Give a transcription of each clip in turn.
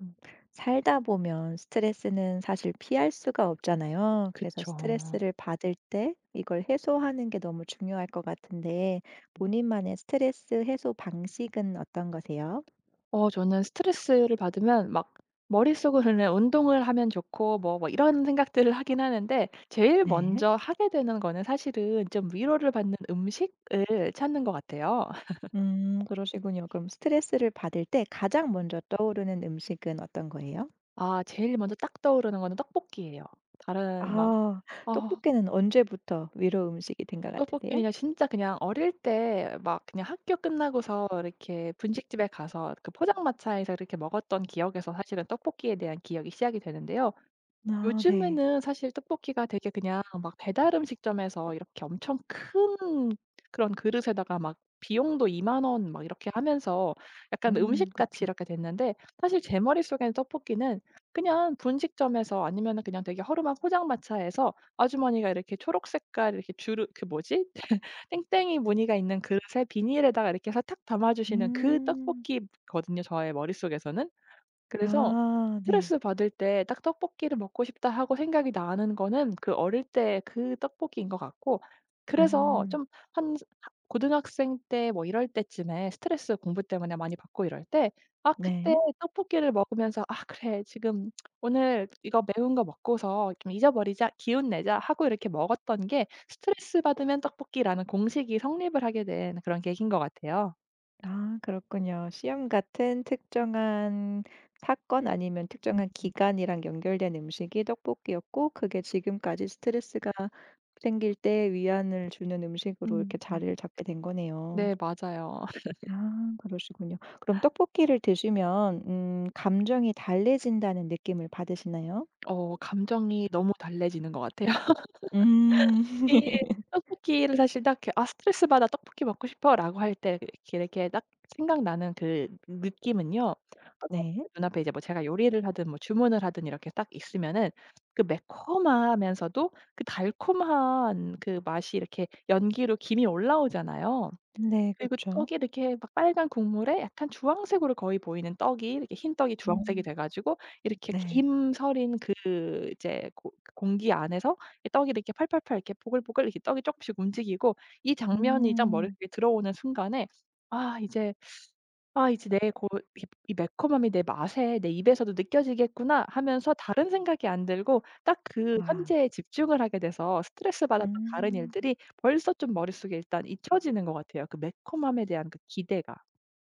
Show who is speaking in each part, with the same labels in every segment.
Speaker 1: 음. 살다 보면 스트레스는 사실 피할 수가 없잖아요. 그래서
Speaker 2: 그쵸.
Speaker 1: 스트레스를 받을 때 이걸 해소하는 게 너무 중요할 것 같은데 본인만의 스트레스 해소 방식은 어떤 거세요?
Speaker 2: 어, 저는 스트레스를 받으면 막 머릿속으로는 '운동을 하면 좋고.' 뭐 뭐 이런 생각들을 하긴 하는데 제일
Speaker 1: 네.
Speaker 2: 먼저 하게 되는 거는 사실은 좀 위로를 받는 음식을 찾는 것 같아요.
Speaker 1: 그러시군요. 그럼 스트레스를 받을 때 가장 먼저 떠오르는 음식은 어떤 거예요?
Speaker 2: 아, 제일 먼저 딱 떠오르는 거는 떡볶이예요. 다른 막
Speaker 1: 아,
Speaker 2: 어,
Speaker 1: 떡볶이는 언제부터 위로 음식이 된 것
Speaker 2: 떡볶이
Speaker 1: 같으세요?
Speaker 2: 그냥 진짜 그냥 어릴 때 막 그냥 학교 끝나고서 이렇게 분식집에 가서 그 포장마차에서 이렇게 먹었던 기억에서 사실은 떡볶이에 대한 기억이 시작이 되는데요.
Speaker 1: 아, 네.
Speaker 2: 요즘에는 사실 떡볶이가 되게 그냥 막 배달 음식점에서 이렇게 엄청 큰 그런 그릇에다가 막 비용도 2만 원 막 이렇게 하면서 약간 음식같이
Speaker 1: 그렇죠.
Speaker 2: 이렇게 됐는데, 사실 제 머릿속에는 떡볶이는 그냥 분식점에서 아니면은 그냥 되게 허름한 포장마차에서 아주머니가 이렇게 초록 색깔 이렇게 주르 그 뭐지? 땡땡이 무늬가 있는 그릇에 비닐에다가 이렇게 해서 탁 담아 주시는 그
Speaker 1: 음,
Speaker 2: 떡볶이거든요, 저의 머릿속에서는. 그래서
Speaker 1: 아, 네.
Speaker 2: 스트레스 받을 때 딱 '떡볶이를 먹고 싶다.' 하고 생각이 나는 거는 그 어릴 때 그 떡볶이인 것 같고, 그래서
Speaker 1: 음,
Speaker 2: 좀 한 고등학생 때 뭐 이럴 때쯤에 스트레스 공부 때문에 많이 받고 이럴 때 아 그때
Speaker 1: 네.
Speaker 2: 떡볶이를 먹으면서 '아 그래. 지금 오늘 이거 매운 거 먹고서 좀 잊어버리자. 기운 내자.' 하고 이렇게 먹었던 게 스트레스 받으면 떡볶이라는 공식이 성립을 하게 된 그런 계기인 것 같아요.
Speaker 1: 아 그렇군요. 시험 같은 특정한 사건 아니면
Speaker 2: 음.
Speaker 1: 특정한 기간이랑 연결된 음식이 떡볶이였고 그게 지금까지 스트레스가 생길 때 위안을 주는 음식으로 이렇게
Speaker 2: 음. 음.
Speaker 1: 자리를 잡게 된 거네요.
Speaker 2: 네, 맞아요.
Speaker 1: 아 그러시군요. 그럼 떡볶이를 드시면 감정이 달래진다는 느낌을 받으시나요?
Speaker 2: 어, 감정이 너무 달래지는 것 같아요.
Speaker 1: 음.
Speaker 2: 이 떡볶이를 사실 딱 이렇게 '아 스트레스 받아. 떡볶이 먹고 싶어.'라고 할 때 이렇게 이렇게 딱 생각나는 그 느낌은요, 떡볶이가
Speaker 1: 네.
Speaker 2: 눈앞에 이제 뭐 제가 요리를 하든 뭐 주문을 하든 이렇게 딱 있으면은 그 매콤하면서도 그 달콤한 그 맛이 이렇게 연기로 김이 올라오잖아요.
Speaker 1: 네
Speaker 2: 그리고
Speaker 1: 그렇죠.
Speaker 2: 떡이 이렇게 막 빨간 국물에 약간 주황색으로 거의 보이는 떡이 이렇게 흰 떡이 주황색이
Speaker 1: 음.
Speaker 2: 돼 가지고 이렇게
Speaker 1: 네.
Speaker 2: 김 서린 그 이제 고 그 공기 안에서 이 떡이 이렇게 팔팔팔 이렇게 보글보글 이렇게 떡이 쪼끔씩 움직이고 이 장면이 딱
Speaker 1: 음.
Speaker 2: 머릿속에 들어오는 순간에 '아 이제 '아 이제 내 고 이 매콤함이 내 맛에 내 입에서도 느껴지겠구나.' 하면서 다른 생각이 안 들고 딱 그
Speaker 1: 와.
Speaker 2: 현재에 집중을 하게 돼서 스트레스 받았던 다른
Speaker 1: 음.
Speaker 2: 일들이 벌써 좀 머릿속에 일단 잊혀지는 것 같아요. 그 매콤함에 대한 그 기대가.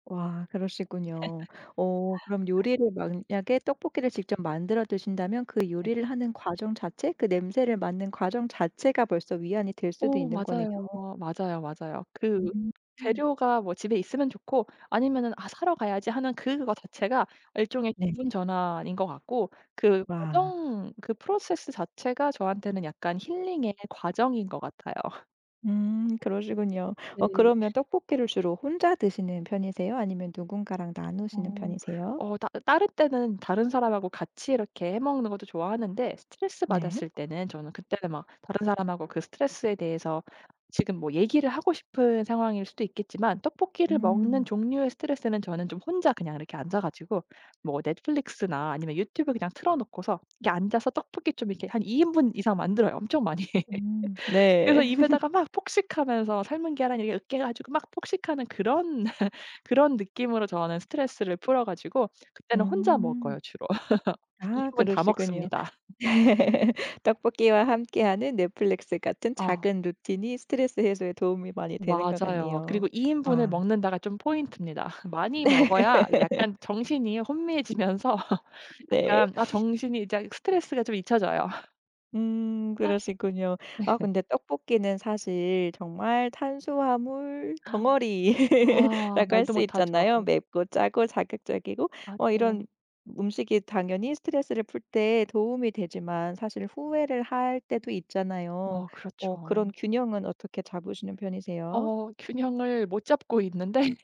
Speaker 1: 와 그러시군요. 어 그럼 요리를 만약에 떡볶이를 직접 만들어 드신다면 그
Speaker 2: 네.
Speaker 1: 요리를 하는 과정 자체 그 냄새를 맡는 과정 자체가 벌써 위안이 될 수도
Speaker 2: 어,
Speaker 1: 있는 거네요.
Speaker 2: 맞아요. 맞아요, 맞아요. 그
Speaker 1: 음. 음.
Speaker 2: 재료가 뭐 집에 있으면 좋고 아니면은 '아 사러 가야지.' 하는 그거 자체가 일종의
Speaker 1: 네.
Speaker 2: 기분 전환인 것 같고 그
Speaker 1: 와.
Speaker 2: 과정 그 프로세스 자체가 저한테는 약간 힐링의 과정인 것 같아요.
Speaker 1: 그러시군요. 어
Speaker 2: 네.
Speaker 1: 그러면 떡볶이를 주로 혼자 드시는 편이세요? 아니면 누군가랑 나누시는
Speaker 2: 어.
Speaker 1: 편이세요?
Speaker 2: 어, 따 다른 때는 다른 사람하고 같이 이렇게 해 먹는 것도 좋아하는데 스트레스
Speaker 1: 네.
Speaker 2: 받았을 때는 저는 그때는 막 다른 사람하고 그 스트레스에 대해서 지금 뭐 얘기를 하고 싶은 상황일 수도 있겠지만, 떡볶이를 먹는
Speaker 1: 음.
Speaker 2: 종류의 스트레스는 저는 좀 혼자 그냥 이렇게 앉아 가지고 뭐 넷플릭스나 아니면 유튜브 그냥 틀어 놓고서 이렇게 앉아서 떡볶이 좀 이렇게 한 2 인분 이상 만들어요. 엄청 많이.
Speaker 1: 음.
Speaker 2: 그래서
Speaker 1: 네.
Speaker 2: 입에다가 막 폭식하면서 삶은 계란 이렇게 으깨 가지고 막 폭식하는 그런 그런 느낌으로 저는 스트레스를 풀어 가지고 그때는 혼자
Speaker 1: 음.
Speaker 2: 먹어요 주로. 2
Speaker 1: 아
Speaker 2: 인분 다
Speaker 1: 그러시군요.
Speaker 2: 먹습니다.
Speaker 1: 떡볶이와 함께하는 넷플릭스 같은
Speaker 2: 어,
Speaker 1: 작은 루틴이 스트레스 해소에 도움이 많이 되는 것
Speaker 2: 맞아요. 그리고
Speaker 1: 같네요.
Speaker 2: 2 인분을
Speaker 1: 와.
Speaker 2: 먹는다가 좀 포인트입니다. 많이 먹어야 약간 정신이 혼미해지면서
Speaker 1: 네.
Speaker 2: 약간 아 정신이 이제 스트레스가 좀 잊혀져요.
Speaker 1: 그러시군요. 아 근데 떡볶이는 사실 정말 탄수화물 덩어리라고
Speaker 2: 아,
Speaker 1: 할
Speaker 2: 말도
Speaker 1: 수 있잖아요.
Speaker 2: 못하죠.
Speaker 1: 맵고 짜고 자극적이고 어 이런
Speaker 2: 맞아요.
Speaker 1: 음식이 당연히 스트레스를 풀 때 도움이 되지만 사실 후회를 할 때도 있잖아요.
Speaker 2: 어
Speaker 1: 어 그런
Speaker 2: 그렇죠.
Speaker 1: 균형은 어떻게 잡으시는 편이세요?
Speaker 2: 어, 균형을 못 잡고 있는데,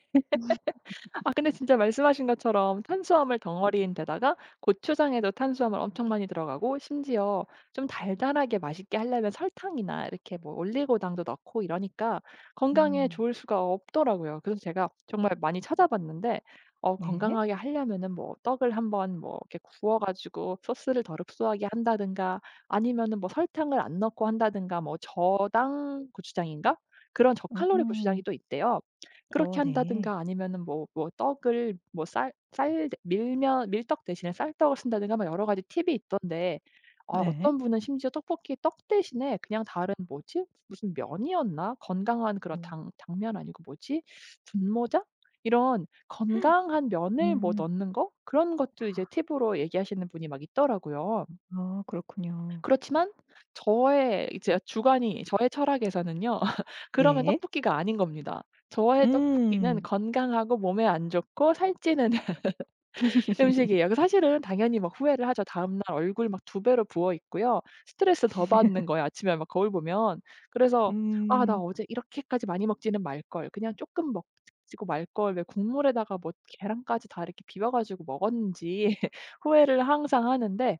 Speaker 2: 아 근데 진짜 말씀하신 것처럼 탄수화물 덩어리인데다가 고추장에도 탄수화물 엄청 많이 들어가고 심지어 좀 달달하게 맛있게 하려면 설탕이나 이렇게 뭐 올리고당도 넣고 이러니까 건강에
Speaker 1: 음.
Speaker 2: 좋을 수가 없더라고요. 그래서 제가 정말 많이 찾아봤는데 어,
Speaker 1: 네.
Speaker 2: 건강하게 하려면은 뭐 떡을 한번 뭐 이렇게 구워 가지고 소스를 덜 흡수하게 한다든가 아니면은 뭐 설탕을 안 넣고 한다든가 뭐 저당 고추장인가? 그런 저칼로리 고추장이
Speaker 1: 음.
Speaker 2: 또 있대요.
Speaker 1: 어
Speaker 2: 그렇게
Speaker 1: 네.
Speaker 2: 한다든가 아니면은 뭐 뭐 떡을 뭐 쌀 쌀 밀면 밀떡 대신에 쌀떡을 쓴다든가 막 여러 가지 팁이 있던데 아
Speaker 1: 네.
Speaker 2: 어떤 분은 심지어 떡볶이 떡 대신에 그냥 다른 뭐지? 무슨 면이었나? 건강한 그런
Speaker 1: 어.
Speaker 2: 당 당면 아니고 뭐지? 분모자? 이런 건강한 면을 뭐
Speaker 1: 음.
Speaker 2: 넣는 거? 그런 것도 이제 팁으로 얘기하시는 분이 막 있더라고요.
Speaker 1: 아 그렇군요.
Speaker 2: 그렇지만 저의 이제 주관이 저의 철학에서는요. 그러면
Speaker 1: 네.
Speaker 2: 떡볶이가 아닌 겁니다. 저의 떡볶이는
Speaker 1: 음.
Speaker 2: 건강하고 몸에 안 좋고 살찌는 음식이에요. 그 사실은 당연히 막 후회를 하죠. 다음날 얼굴 막 두 배로 부어 있고요. 스트레스 더 받는 거예요, 아침에 막 거울 보면. 그래서 '아 나
Speaker 1: 음.
Speaker 2: 어제 이렇게까지 많이 먹지는 말걸. 그냥 조금 먹 지고 말걸. 왜 국물에다가 뭐 계란까지 다 이렇게 비벼 가지고 먹었는지.' 후회를 항상 하는데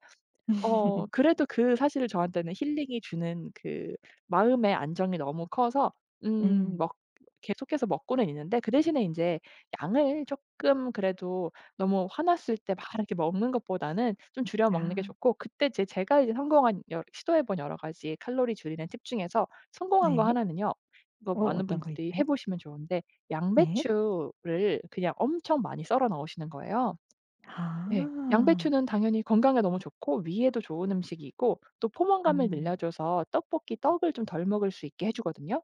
Speaker 2: 어, 그래도 그 사실 저한테는 힐링이 주는 그 마음의 안정이 너무 커서
Speaker 1: 음.
Speaker 2: 먹 계속해서 먹고는 있는데 그 대신에 인제 양을 쪼끔 그래도 너무 화났을 때 막 이렇게 먹는 것보다는 좀 줄여 먹는 게
Speaker 1: 아
Speaker 2: 좋고, 그때 제 제가 이제 성공한 여 시도해 본 여러 가지 칼로리 줄이는 팁 중에서 성공한 거
Speaker 1: 네.
Speaker 2: 하나는요, 이거
Speaker 1: 어
Speaker 2: 많은
Speaker 1: 어떤 거
Speaker 2: 분들이
Speaker 1: 있어요?
Speaker 2: 해 보시면 좋은데
Speaker 1: 네.
Speaker 2: 양배추를 그냥 엄청 많이 썰어 넣으시는 거예요. 네.
Speaker 1: 아.
Speaker 2: 양배추는 당연히 건강에 너무 좋고 위에도 좋은 음식이고 또 포만감을
Speaker 1: 음.
Speaker 2: 늘려줘서 떡볶이 떡을 좀 덜 먹을 수 있게 해 주거든요.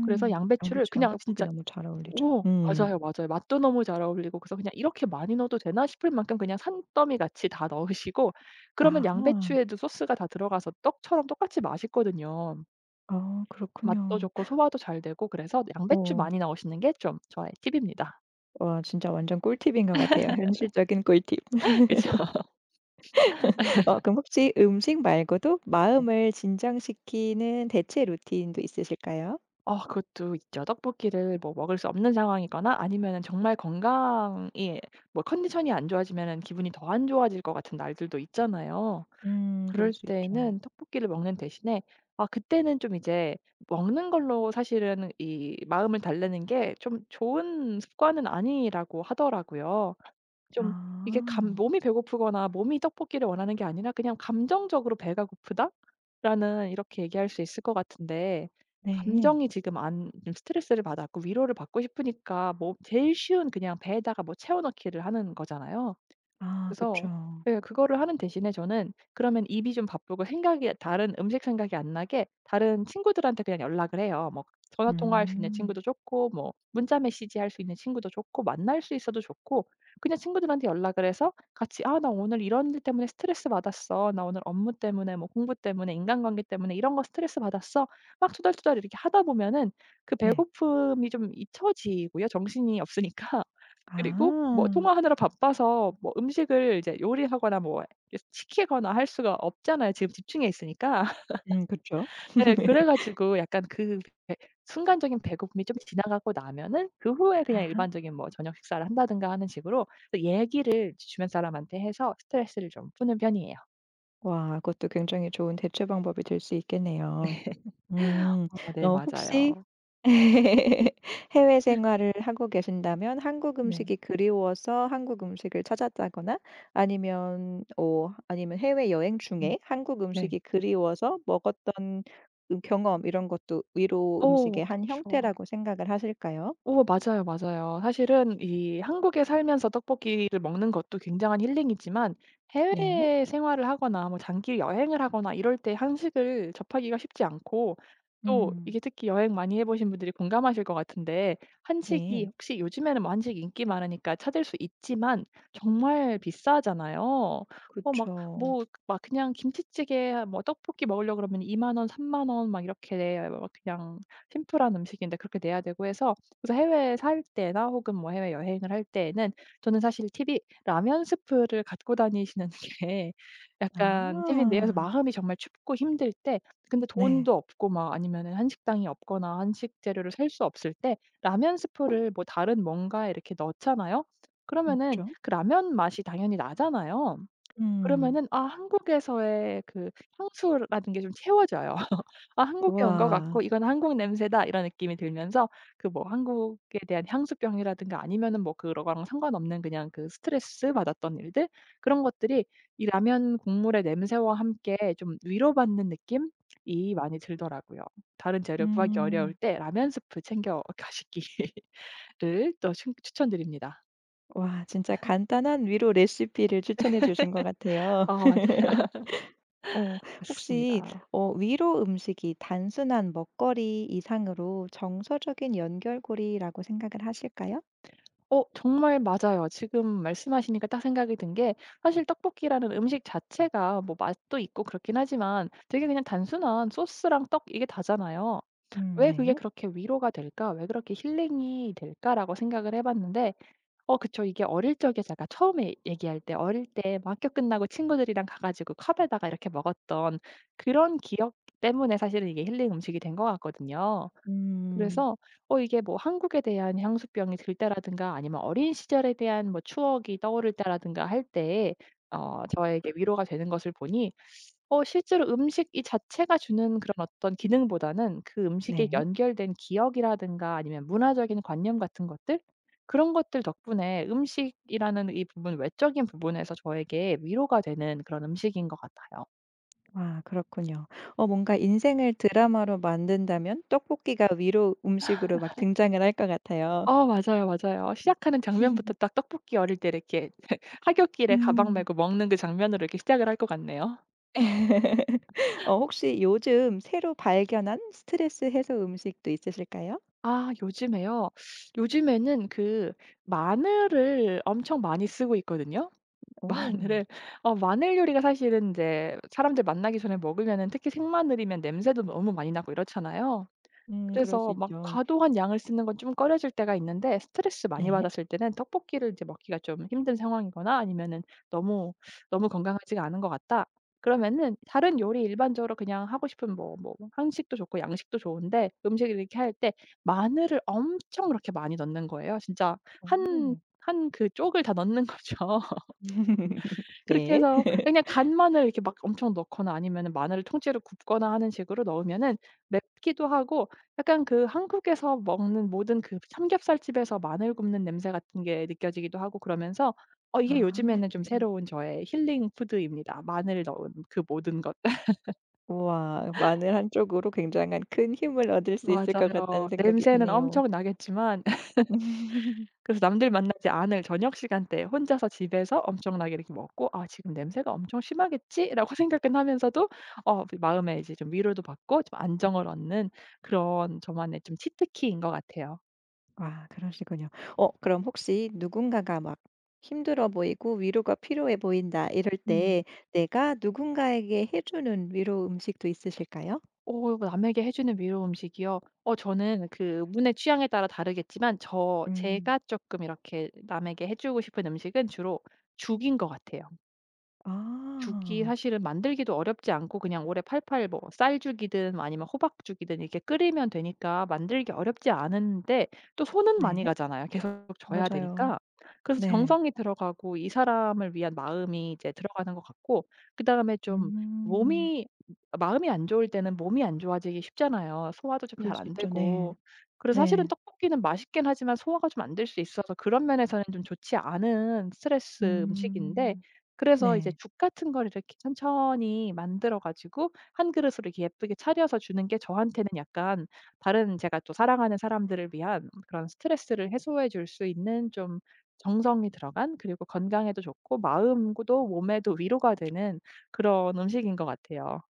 Speaker 2: 그래서 양배추를
Speaker 1: 양배추랑
Speaker 2: 그냥
Speaker 1: 떡볶이
Speaker 2: 진짜
Speaker 1: 너무 잘 어울리죠.
Speaker 2: 오,
Speaker 1: 음.
Speaker 2: 맞아요, 맞아요. 맛도 너무 잘 어울리고 그래서 그냥 '이렇게 많이 넣어도 되나?' 싶을 만큼 그냥 산더미 같이 다 넣으시고 그러면
Speaker 1: 아하.
Speaker 2: 양배추에도 소스가 다 들어가서 떡처럼 똑같이 맛있거든요.
Speaker 1: 어
Speaker 2: 맛도
Speaker 1: 그렇군요.
Speaker 2: 좋고 소화도 잘 되고 그래서 양배추
Speaker 1: 어.
Speaker 2: 많이 넣으시는 게 좀 저의 팁입니다.
Speaker 1: 와 진짜 완전 꿀팁인 것 같아요. 현실적인 꿀팁.
Speaker 2: 그렇죠.
Speaker 1: 어 그럼 혹시 음식 말고도 마음을 진정시키는 대체 루틴도 있으실까요?
Speaker 2: 어, 그것도 있죠. 떡볶이를 뭐 먹을 수 없는 상황이거나 아니면은 정말 건강이 뭐 컨디션이 안 좋아지면은 기분이 더 안 좋아질 것 같은 날들도 있잖아요.
Speaker 1: 그럴
Speaker 2: 그럴
Speaker 1: 수
Speaker 2: 때
Speaker 1: 있죠.
Speaker 2: 는 떡볶이를 먹는 대신에 아 그때는 좀 이제 먹는 걸로 사실은 이 마음을 달래는 게 좀 좋은 습관은 아니라고 하더라고요. 좀 이게 감
Speaker 1: 아.
Speaker 2: 몸이 배고프거나 몸이 떡볶이를 원하는 게 아니라 그냥 '감정적으로 배가 고프다.'라는 이렇게 얘기할 수 있을 것 같은데,
Speaker 1: 네.
Speaker 2: 감정이 지금 안 좀 스트레스를 받았고 위로를 받고 싶으니까 뭐 제일 쉬운 그냥 배에다가 뭐 채워 넣기를 하는 거잖아요.
Speaker 1: 아
Speaker 2: 그래서
Speaker 1: 그쵸.
Speaker 2: 예, 그거를 하는 대신에 저는 그러면 입이 좀 바쁘고 생각이 다른 음식 생각이 안 나게 다른 친구들한테 그냥 연락을 해요. 뭐 전화 통화할 수 있는
Speaker 1: 음.
Speaker 2: 친구도 좋고 뭐 문자 메시지 할 수 있는 친구도 좋고 만날 수 있어도 좋고 그냥 친구들한테 연락을 해서 같이 "아 나 오늘 이런 일 때문에 스트레스 받았어. 나 오늘 업무 때문에 뭐 공부 때문에 인간관계 때문에 이런 거 스트레스 받았어." 막 투덜투덜 이렇게 하다 보면은 그
Speaker 1: 네.
Speaker 2: 배고픔이 좀 잊혀지고요, 정신이 없으니까. 그리고 뭐
Speaker 1: 아.
Speaker 2: 통화하느라 바빠서 뭐 음식을 이제 요리하거나 뭐 이렇게 시키거나 할 수가 없잖아요, 지금 집중해 있으니까.
Speaker 1: 그쵸.
Speaker 2: 예. 그래 가지고 약간 그 배 순간적인 배고픔이 좀 지나가고 나면은 그 후에 그냥
Speaker 1: 아.
Speaker 2: 일반적인 뭐 저녁 식사를 한다든가 하는 식으로 또 얘기를 주변 사람한테 해서 스트레스를 좀 푸는 편이에요.
Speaker 1: 와 그것도 굉장히 좋은 대체 방법이 될 수 있겠네요. 음.
Speaker 2: 어, 네,
Speaker 1: 어 혹시
Speaker 2: 맞아요.
Speaker 1: 해외 생활을 하고 계신다면 한국
Speaker 2: 네.
Speaker 1: 음식이 그리워서 한국 음식을 찾았다거나 아니면 어 아니면 해외 여행
Speaker 2: 음.
Speaker 1: 중에 한국
Speaker 2: 네.
Speaker 1: 음식이 그리워서 먹었던 경험 이런 것도 위로
Speaker 2: 어
Speaker 1: 음식의 한
Speaker 2: 그쵸.
Speaker 1: 형태라고 생각을 하실까요?
Speaker 2: 어, 맞아요, 맞아요. 사실은 이 한국에 살면서 떡볶이를 먹는 것도 굉장한 힐링이지만
Speaker 1: 네.
Speaker 2: 해외 생활을 하거나 뭐 장기 여행을 하거나 이럴 때 한식을 접하기가 쉽지 않고 또
Speaker 1: 음.
Speaker 2: 이게 특히 여행 많이 해 보신 분들이 공감하실 것 같은데, 한식이
Speaker 1: 네.
Speaker 2: 혹시 요즘에는 뭐 한식 인기 많으니까 찾을 수 있지만 정말 비싸잖아요. 어 막
Speaker 1: 그쵸.
Speaker 2: 뭐 막 그냥 김치찌개 뭐 떡볶이 먹으려고 그러면 2만 원, 3만 원 막 이렇게 막 그냥 심플한 음식인데 그렇게 내야 되고 해서, 그래서 해외에 살 때나 혹은 뭐 해외 여행을 할 때에는 저는 사실 팁이 라면 스프를 갖고 다니시는 게
Speaker 1: 아.
Speaker 2: 약간 팁인데요. 그래서 마음이 정말 춥고 힘들 때 근데
Speaker 1: 네.
Speaker 2: 돈도 없고 막 아니면은 한식당이 없거나 한식 재료를 살 수 없을 때 라면 스프를 뭐 다른 뭔가에 이렇게 넣잖아요. 그러면은
Speaker 1: 그쵸.
Speaker 2: 그 라면 맛이 당연히 나잖아요.
Speaker 1: 음.
Speaker 2: 그러면은 아 한국에서의 그 향수라는 게 좀 채워져요. '아 한국에 온 것 같고
Speaker 1: 와
Speaker 2: 이건 한국 냄새다.' 이런 느낌이 들면서 그 뭐 한국에 대한 향수병이라든가 아니면은 뭐 그거랑 상관없는 그냥 그 스트레스 받았던 일들 그런 것들이 이 라면 국물의 냄새와 함께 좀 위로받는 느낌이 많이 들더라고요. 다른 재료 구하기 어려울
Speaker 1: 음.
Speaker 2: 때 라면 스프 챙겨 가시기를 또 추 추천드립니다.
Speaker 1: 와 진짜 간단한 위로 레시피를 추천해 주신 것 같아요.
Speaker 2: 어
Speaker 1: 어 혹시
Speaker 2: 맞습니다.
Speaker 1: 어 위로 음식이 단순한 먹거리 이상으로 정서적인 연결고리라고 생각을 하실까요?
Speaker 2: 어 정말 맞아요. 지금 말씀하시니까 딱 생각이 든 게 사실 떡볶이라는 음식 자체가 뭐 맛도 있고 그렇긴 하지만 되게 그냥 단순한 소스랑 떡 이게 다잖아요. 왜 그게
Speaker 1: 네.
Speaker 2: 그렇게 위로가 될까? 왜 그렇게 힐링이 될까라고 생각을 해 봤는데 어 그쵸. 이게 어릴 적에 제가 처음에 얘기할 때 어릴 때 막 학교 끝나고 친구들이랑 가 가지고 컵에다가 이렇게 먹었던 그런 기억 때문에 사실은 이게 힐링 음식이 된 것 같거든요.
Speaker 1: 음
Speaker 2: 그래서 어, 이게 뭐 한국에 대한 향수병이 들 때라든가 아니면 어린 시절에 대한 뭐 추억이 떠오를 때라든가 할 때에 어 저에게 위로가 되는 것을 보니, 어 실제로 음식 이 자체가 주는 그런 어떤 기능보다는 그 음식에
Speaker 1: 네.
Speaker 2: 연결된 기억이라든가 아니면 문화적인 관념 같은 것들 그런 것들 덕분에 음식이라는 이 부분 외적인 부분에서 저에게 위로가 되는 그런 음식인 것 같아요.
Speaker 1: 와 그렇군요. 어 뭔가 인생을 드라마로 만든다면 떡볶이가 위로 음식으로 막 등장을 할 것 같아요.
Speaker 2: 어 맞아요, 맞아요. 시작하는 장면부터 딱 떡볶이 어릴 때 이렇게 하굣길에 가방
Speaker 1: 음.
Speaker 2: 메고 먹는 그 장면으로 이렇게 시작을 할 것 같네요.
Speaker 1: 어 혹시 요즘 새로 발견한 스트레스 해소 음식도 있으실까요?
Speaker 2: 아 요즘에요? 요즘에는 그 마늘을 엄청 많이 쓰고 있거든요.
Speaker 1: 오.
Speaker 2: 마늘을 어 마늘 요리가 사실은 이제 사람들 만나기 전에 먹으면은 특히 생마늘이면 냄새도 너무 많이 나고 이렇잖아요.
Speaker 1: 그럴 수
Speaker 2: 그래서 막
Speaker 1: 있죠.
Speaker 2: 과도한 양을 쓰는 건 좀 꺼려질 때가 있는데 스트레스 많이
Speaker 1: 네.
Speaker 2: 받았을 때는 떡볶이를 이제 먹기가 좀 힘든 상황이거나 아니면은 '너무, 너무 건강하지가 않은 것 같다.' 그러면은 다른 요리 일반적으로 그냥 하고 싶은 뭐 뭐 한식도 좋고 양식도 좋은데 음식을 이렇게 할 때 마늘을 엄청 그렇게 많이 넣는 거예요. 진짜 한
Speaker 1: 오.
Speaker 2: 한 그 쪽을 다 넣는 거죠. 그렇게
Speaker 1: 네.
Speaker 2: 해서 그냥 간마늘 이렇게 막 엄청 넣거나 아니면은 마늘을 통째로 굽거나 하는 식으로 넣으면은 맵기도 하고 약간 그 한국에서 먹는 모든 그 삼겹살집에서 마늘 굽는 냄새 같은 게 느껴지기도 하고 그러면서 어 이게
Speaker 1: 아.
Speaker 2: 요즘에는 좀
Speaker 1: 음.
Speaker 2: 새로운 저의 힐링 푸드입니다. 마늘 넣은 그 모든 것.
Speaker 1: 우와. 마늘 한 쪽으로 굉장한 큰 힘을 얻을 수 있을 것
Speaker 2: 맞아요.
Speaker 1: 같다는 생각이
Speaker 2: 냄새는
Speaker 1: 드네요.
Speaker 2: 엄청 나겠지만 그래서 남들 만나지 않을 저녁 시간대에 혼자서 집에서 엄청나게 이렇게 먹고 '아 지금 냄새가 엄청 심하겠지?'라고 생각은 하면서도 어 그 마음에 이제 좀 위로도 받고 좀 안정을 얻는 그런 저만의 좀 치트키인 것 같아요.
Speaker 1: 아 그러시군요. 어 그럼 혹시 누군가가 막 힘들어 보이고 위로가 필요해 보인다 이럴
Speaker 2: 음.
Speaker 1: 때 내가 누군가에게 해 주는 위로 음식도 있으실까요?
Speaker 2: 어, 남에게 해 주는 위로 음식이요? 어 저는 그분의 취향에 따라 다르겠지만 저
Speaker 1: 음.
Speaker 2: 제가 쪼끔 이렇게 남에게 해 주고 싶은 음식은 주로 죽인 것 같아요. 죽이
Speaker 1: 아.
Speaker 2: 사실은 만들기도 어렵지 않고 그냥 오래 팔팔 뭐 쌀죽이든 뭐 아니면 호박죽이든 이렇게 끓이면 되니까 만들기 어렵지 않은데 또 손은 많이
Speaker 1: 네.
Speaker 2: 가잖아요, 계속 져야
Speaker 1: 맞아요.
Speaker 2: 되니까. 그래서
Speaker 1: 네.
Speaker 2: 정성이 들어가고 이 사람을 위한 마음이 이제 들어가는 것 같고 그다음에 좀
Speaker 1: 음.
Speaker 2: 몸이 마음이 안 좋을 때는 몸이 안 좋아지기 쉽잖아요. 소화도 좀
Speaker 1: 그럴
Speaker 2: 잘
Speaker 1: 수
Speaker 2: 안
Speaker 1: 있죠.
Speaker 2: 되고.
Speaker 1: 네.
Speaker 2: 그래서 사실은
Speaker 1: 네.
Speaker 2: 떡볶이는 맛있긴 하지만 소화가 좀 안 될 수 있어서 그런 면에서는 좀 좋지 않은 스트레스 음식인데
Speaker 1: 음.
Speaker 2: 그래서 이제
Speaker 1: 네.
Speaker 2: 죽 같은 걸 이렇게 천천히 만들어 가지고 한 그릇으로 이렇게 예쁘게 차려서 주는 게 저한테는 약간 다른 제가 또 사랑하는 사람들을 위한 그런 스트레스를 해소해 줄 수 있는 좀 정성이 들어간 그리고 건강에도 좋고 마음도 몸에도 위로가 되는 그런 음식인 것 같아요.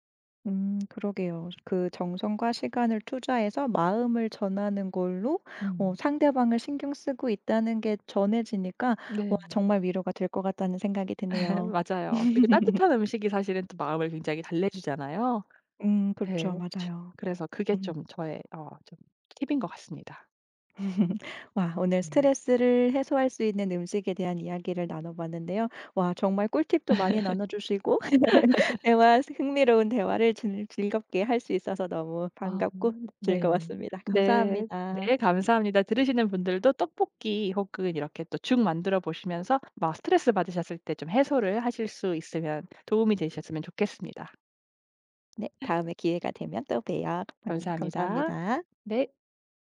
Speaker 1: 그러게요. 그 정성과 시간을 투자해서 마음을 전하는 걸로 어
Speaker 2: 음.
Speaker 1: 상대방을 신경 쓰고 있다는 게 전해지니까 와
Speaker 2: 네.
Speaker 1: 정말 위로가 될 것 같다는 생각이 드네요.
Speaker 2: 맞아요. 그리고 따뜻한 음식이 사실은 또 마음을 굉장히 달래주잖아요.
Speaker 1: 그렇죠.
Speaker 2: 네. 추
Speaker 1: 맞아요.
Speaker 2: 그래서 그게
Speaker 1: 음.
Speaker 2: 좀 저의 어 좀 팁인 것 같습니다.
Speaker 1: 와 오늘
Speaker 2: 네.
Speaker 1: 스트레스를 해소할 수 있는 음식에 대한 이야기를 나눠봤는데요. 와 정말 꿀팁도 많이 나눠주시고 대화 흥미로운 대화를 즐 즐겁게 할 수 있어서 너무
Speaker 2: 아,
Speaker 1: 반갑고
Speaker 2: 네.
Speaker 1: 즐거웠습니다.
Speaker 2: "네.
Speaker 1: 감사합니다.
Speaker 2: 네, 감사합니다." 들으시는 분들도 떡볶이 혹은 이렇게 또 죽 만들어 보시면서 막 스트레스 받으셨을 때 좀 해소를 하실 수 있으면 도움이 되셨으면 좋겠습니다.
Speaker 1: 네. 다음에 기회가 되면 또 봬요. 감
Speaker 2: 감사합니다.
Speaker 1: 감사합니다.
Speaker 2: 네.